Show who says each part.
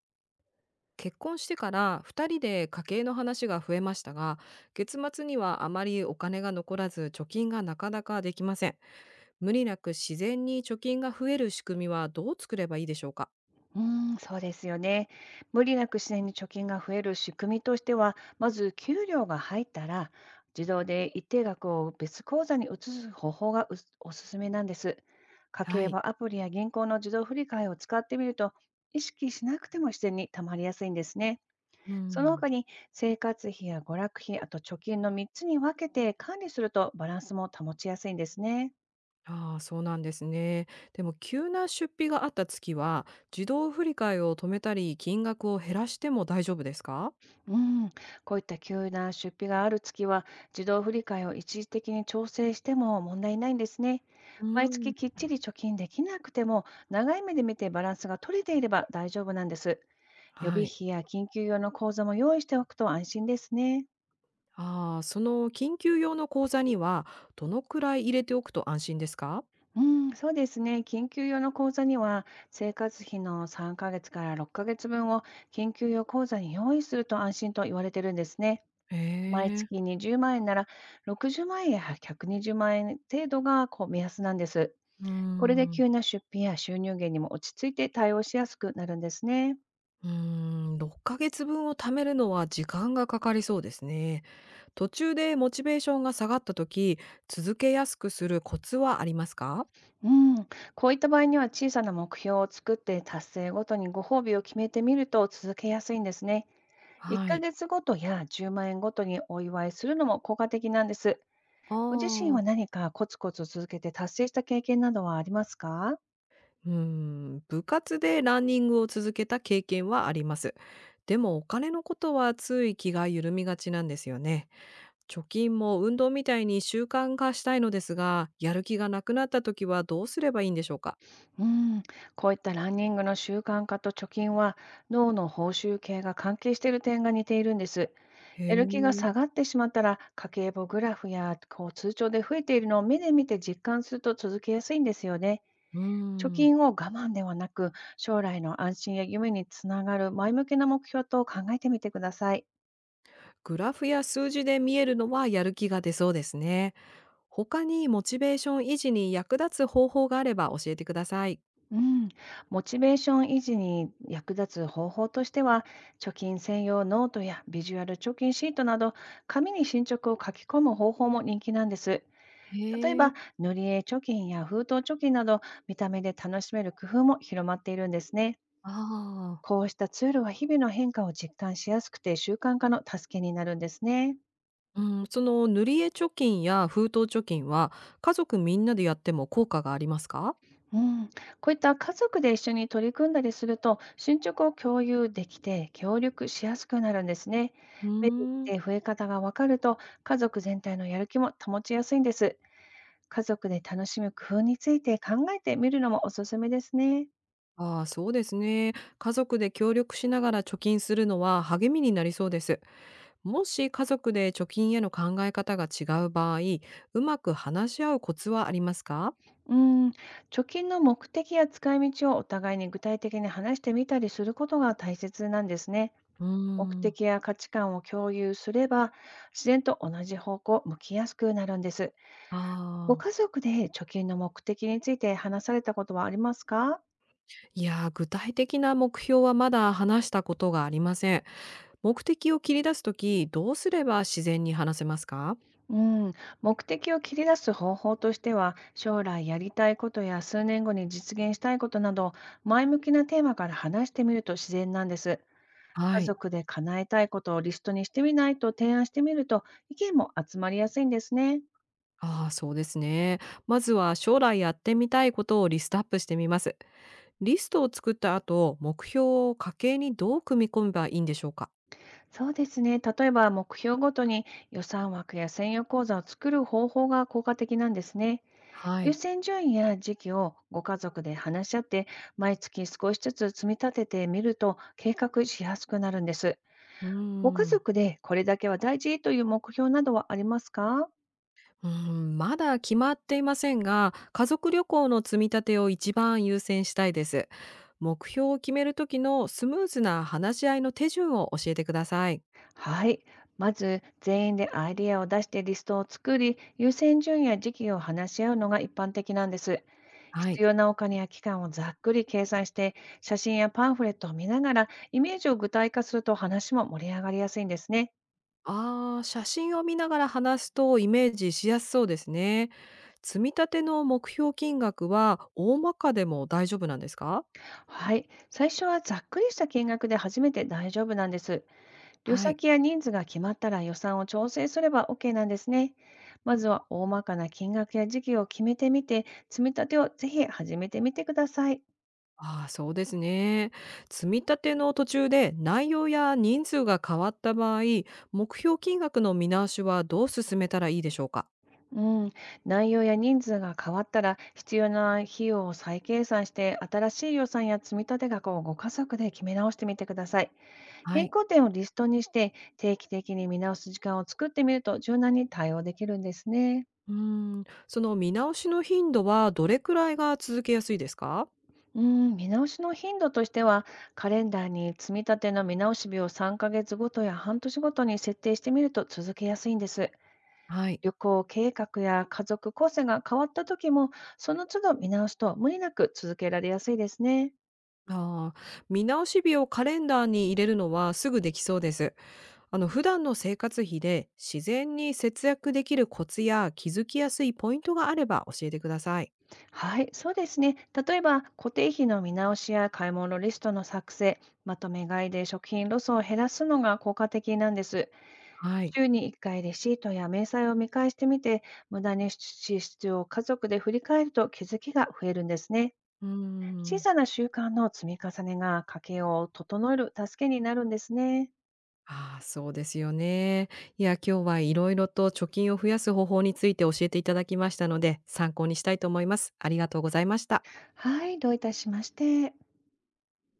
Speaker 1: 結婚してから2人で家計の話が増えましたが、月末にはあまりお金が残らず貯金がなかなかできません。無理なく自然に貯金が増える仕組みはどう作ればいいでしょうか？
Speaker 2: うーん、そうですよね。無理なく自然に貯金が増える仕組みとしては、まず給料が入ったら、自動で一定額を別口座に移す方法がおすすめなんです。家
Speaker 1: は
Speaker 2: 計
Speaker 1: い。
Speaker 2: はアプリや銀行の自動振り替えを使ってみると、意識しなくても自然に貯まりやすいんですね。
Speaker 1: う
Speaker 2: その
Speaker 1: ん。
Speaker 2: 他に生活費や娯楽費、あと貯金の3つに分けて管理するとバランスも保ちやすいんですね。
Speaker 1: ああ、そうなんですね。でも急な出費があった月は、自動振り替えを止めたり金額を減らしても大丈夫ですか？
Speaker 2: うん、こういった急な出費がある月は、自動振り替えを一時的に調整しても問題ないんですね。
Speaker 1: う
Speaker 2: 毎
Speaker 1: ん。
Speaker 2: 月きっちり貯金できなくても、長い目で見てバランスが取れていれば大丈夫なんです。予
Speaker 1: は
Speaker 2: 備
Speaker 1: い。
Speaker 2: 費や緊急用の口座も用意しておくと安心ですね。
Speaker 1: ああ、その緊急用の口座にはどのくらい入れておくと安心ですか？
Speaker 2: うん、そうですね。緊急用の口座には、生活費の3ヶ月から6ヶ月分を緊急用口座に用意すると安心と言われてるんですね。毎
Speaker 1: へえ。
Speaker 2: 月20万円なら、60万円や120万円程度がこう目安なんです。
Speaker 1: うー
Speaker 2: これで
Speaker 1: ん、
Speaker 2: 急な出費や収入源にも落ち着いて対応しやすくなるんですね。
Speaker 1: 6ヶ月分を貯めるのは時間がかかりそうですね。途中でモチベーションが下がった時、続けやすくするコツはありますか？
Speaker 2: うん、こういった場合には小さな目標を作って達成ごとにご褒美を決めてみると続けやすいんですね。1
Speaker 1: はい。
Speaker 2: ヶ月ごとや10万円ごとにお祝いするのも効果的なんです。
Speaker 1: あ
Speaker 2: ご自身は
Speaker 1: あ。
Speaker 2: 何かコツコツ続けて達成した経験などはありますか？
Speaker 1: 部活でランニングを続けた経験はあります。でもお金のことはつい気が緩みがちなんですよね。貯金も運動みたいに習慣化したいのですが、やる気がなくなった時はどうすればいいんでしょうか？
Speaker 2: うん、こういったランニングの習慣化と貯金は脳の報酬系が関係している点が似ているんです。
Speaker 1: へ
Speaker 2: やる気が
Speaker 1: え。
Speaker 2: 下がってしまったら家計簿グラフやこう通帳で増えているのを目で見て実感すると続けやすいんですよね。
Speaker 1: うー
Speaker 2: 貯
Speaker 1: ん。
Speaker 2: 金を我慢ではなく将来の安心や夢につながる前向きな目標と考えてみてください。
Speaker 1: グラフや数字で見えるのはやる気が出そうですね。他にモチベーション維持に役立つ方法があれば教えてください。
Speaker 2: うん、モチベーション維持に役立つ方法としては、貯金専用ノートやビジュアル貯金シートなど、紙に進捗を書き込む方法も人気なんです。
Speaker 1: へ
Speaker 2: 例え
Speaker 1: え。
Speaker 2: ば、塗り絵貯金や封筒貯金など、見た目で楽しめる工夫も広まっているんですね。
Speaker 1: ああ。
Speaker 2: こうしたツールは日々の変化を実感しやすくて習慣化の助けになるんですね。
Speaker 1: うん、その塗り絵貯金や封筒貯金は家族みんなでやっても効果がありますか？
Speaker 2: うん、こういった家族で一緒に取り組んだりすると、進捗を共有できて、協力しやすくなるんですね。
Speaker 1: う
Speaker 2: メリッ
Speaker 1: ーん。
Speaker 2: トで増え方が分かると、家族全体のやる気も保ちやすいんです。家族で楽しむ工夫について考えてみるのもおすすめですね。
Speaker 1: ああ、そうですね。家族で協力しながら貯金するのは励みになりそうです。もし家族で貯金への考え方が違う場合、うまく話し合うコツはありますか？
Speaker 2: うん、貯金の目的や使い道をお互いに具体的に話してみたりすることが大切なんですね。
Speaker 1: うー
Speaker 2: 目
Speaker 1: ん。
Speaker 2: 的や価値観を共有すれば、自然と同じ方向を向きやすくなるんです。ご
Speaker 1: ああ。
Speaker 2: 家族で貯金の目的について話されたことはありますか？
Speaker 1: いやー、具体的な目標はまだ話したことがありません。目的を切り出すとき、どうすれば自然に話せますか？
Speaker 2: うん、目的を切り出す方法としては、将来やりたいことや数年後に実現したいことなど、前向きなテーマから話してみると自然なんです。家
Speaker 1: はい。
Speaker 2: 族で叶えたいことをリストにしてみないと提案してみると、意見も集まりやすいんですね。
Speaker 1: ああ、そうですね。まずは将来やってみたいことをリストアップしてみます。リストを作った後、目標を家計にどう組み込めばいいんでしょうか？
Speaker 2: そうですね。例えば、目標ごとに予算枠や専用口座を作る方法が効果的なんですね。
Speaker 1: は
Speaker 2: 優
Speaker 1: い。
Speaker 2: 先順位や時期をご家族で話し合って、毎月少しずつ積み立ててみると計画しやすくなるんです。
Speaker 1: うー
Speaker 2: ご家
Speaker 1: ん。
Speaker 2: 族でこれだけは大事という目標などはありますか？
Speaker 1: うん、まだ決まっていませんが、家族旅行の積み立てを一番優先したいです。目標を決める時のスムーズな話し合いの手順を教えてください。
Speaker 2: はい。まず、全員でアイデアを出してリストを作り、優先順位や時期を話し合うのが一般的なんです。
Speaker 1: は
Speaker 2: 必
Speaker 1: い。
Speaker 2: 要なお金や期間をざっくり計算して、写真やパンフレットを見ながら、イメージを具体化すると話も盛り上がりやすいんですね。
Speaker 1: ああ、写真を見ながら話すとイメージしやすそうですね。積み立ての目標金額は大まかでも大丈夫なんですか？
Speaker 2: はい。最初はざっくりした金額で初めて大丈夫なんです。旅
Speaker 1: はい。
Speaker 2: 先や人数が決まったら予算を調整すれば OK なんですね。まずは大まかな金額や時期を決めてみて、積み立てをぜひ始めてみてください。
Speaker 1: ああ、そうですね。積み立ての途中で内容や人数が変わった場合、目標金額の見直しはどう進めたらいいでしょうか？
Speaker 2: うん。内容や人数が変わったら、必要な費用を再計算して、新しい予算や積み立て額をご家族で決め直してみてください。
Speaker 1: は
Speaker 2: 変
Speaker 1: い。
Speaker 2: 更点をリストにして、定期的に見直す時間を作ってみると柔軟に対応できるんですね。
Speaker 1: うーその見直しの頻度はどれくらいが続けやすいですか？
Speaker 2: うん、見直しの頻度としては、カレンダーに積み立ての見直し日を3ヶ月ごとや半年ごとに設定してみると続けやすいんです。
Speaker 1: はい。
Speaker 2: 旅行計画や家族構成が変わった時も、その都度見直すと無理なく続けられやすいですね。
Speaker 1: ああ、見直し日をカレンダーに入れるのはすぐできそうです。普段の生活費で自然に節約できるコツや気づきやすいポイントがあれば教えてください。
Speaker 2: はい、そうですね。例えば、固定費の見直しや買い物リストの作成、まとめ買いで食品ロスを減らすのが効果的なんです。
Speaker 1: はい。
Speaker 2: 週に1回レシートや明細を見返してみて、無駄に支出を家族で振り返ると気づきが増えるんですね。
Speaker 1: うー
Speaker 2: 小
Speaker 1: ん。
Speaker 2: さな習慣の積み重ねが家計を整える助けになるんですね。
Speaker 1: ああ、そうですよね。いや、今日はいろいろと貯金を増やす方法について教えていただきましたので、参考にしたいと思います。ありがとうございました。
Speaker 2: はい、どういたしまして。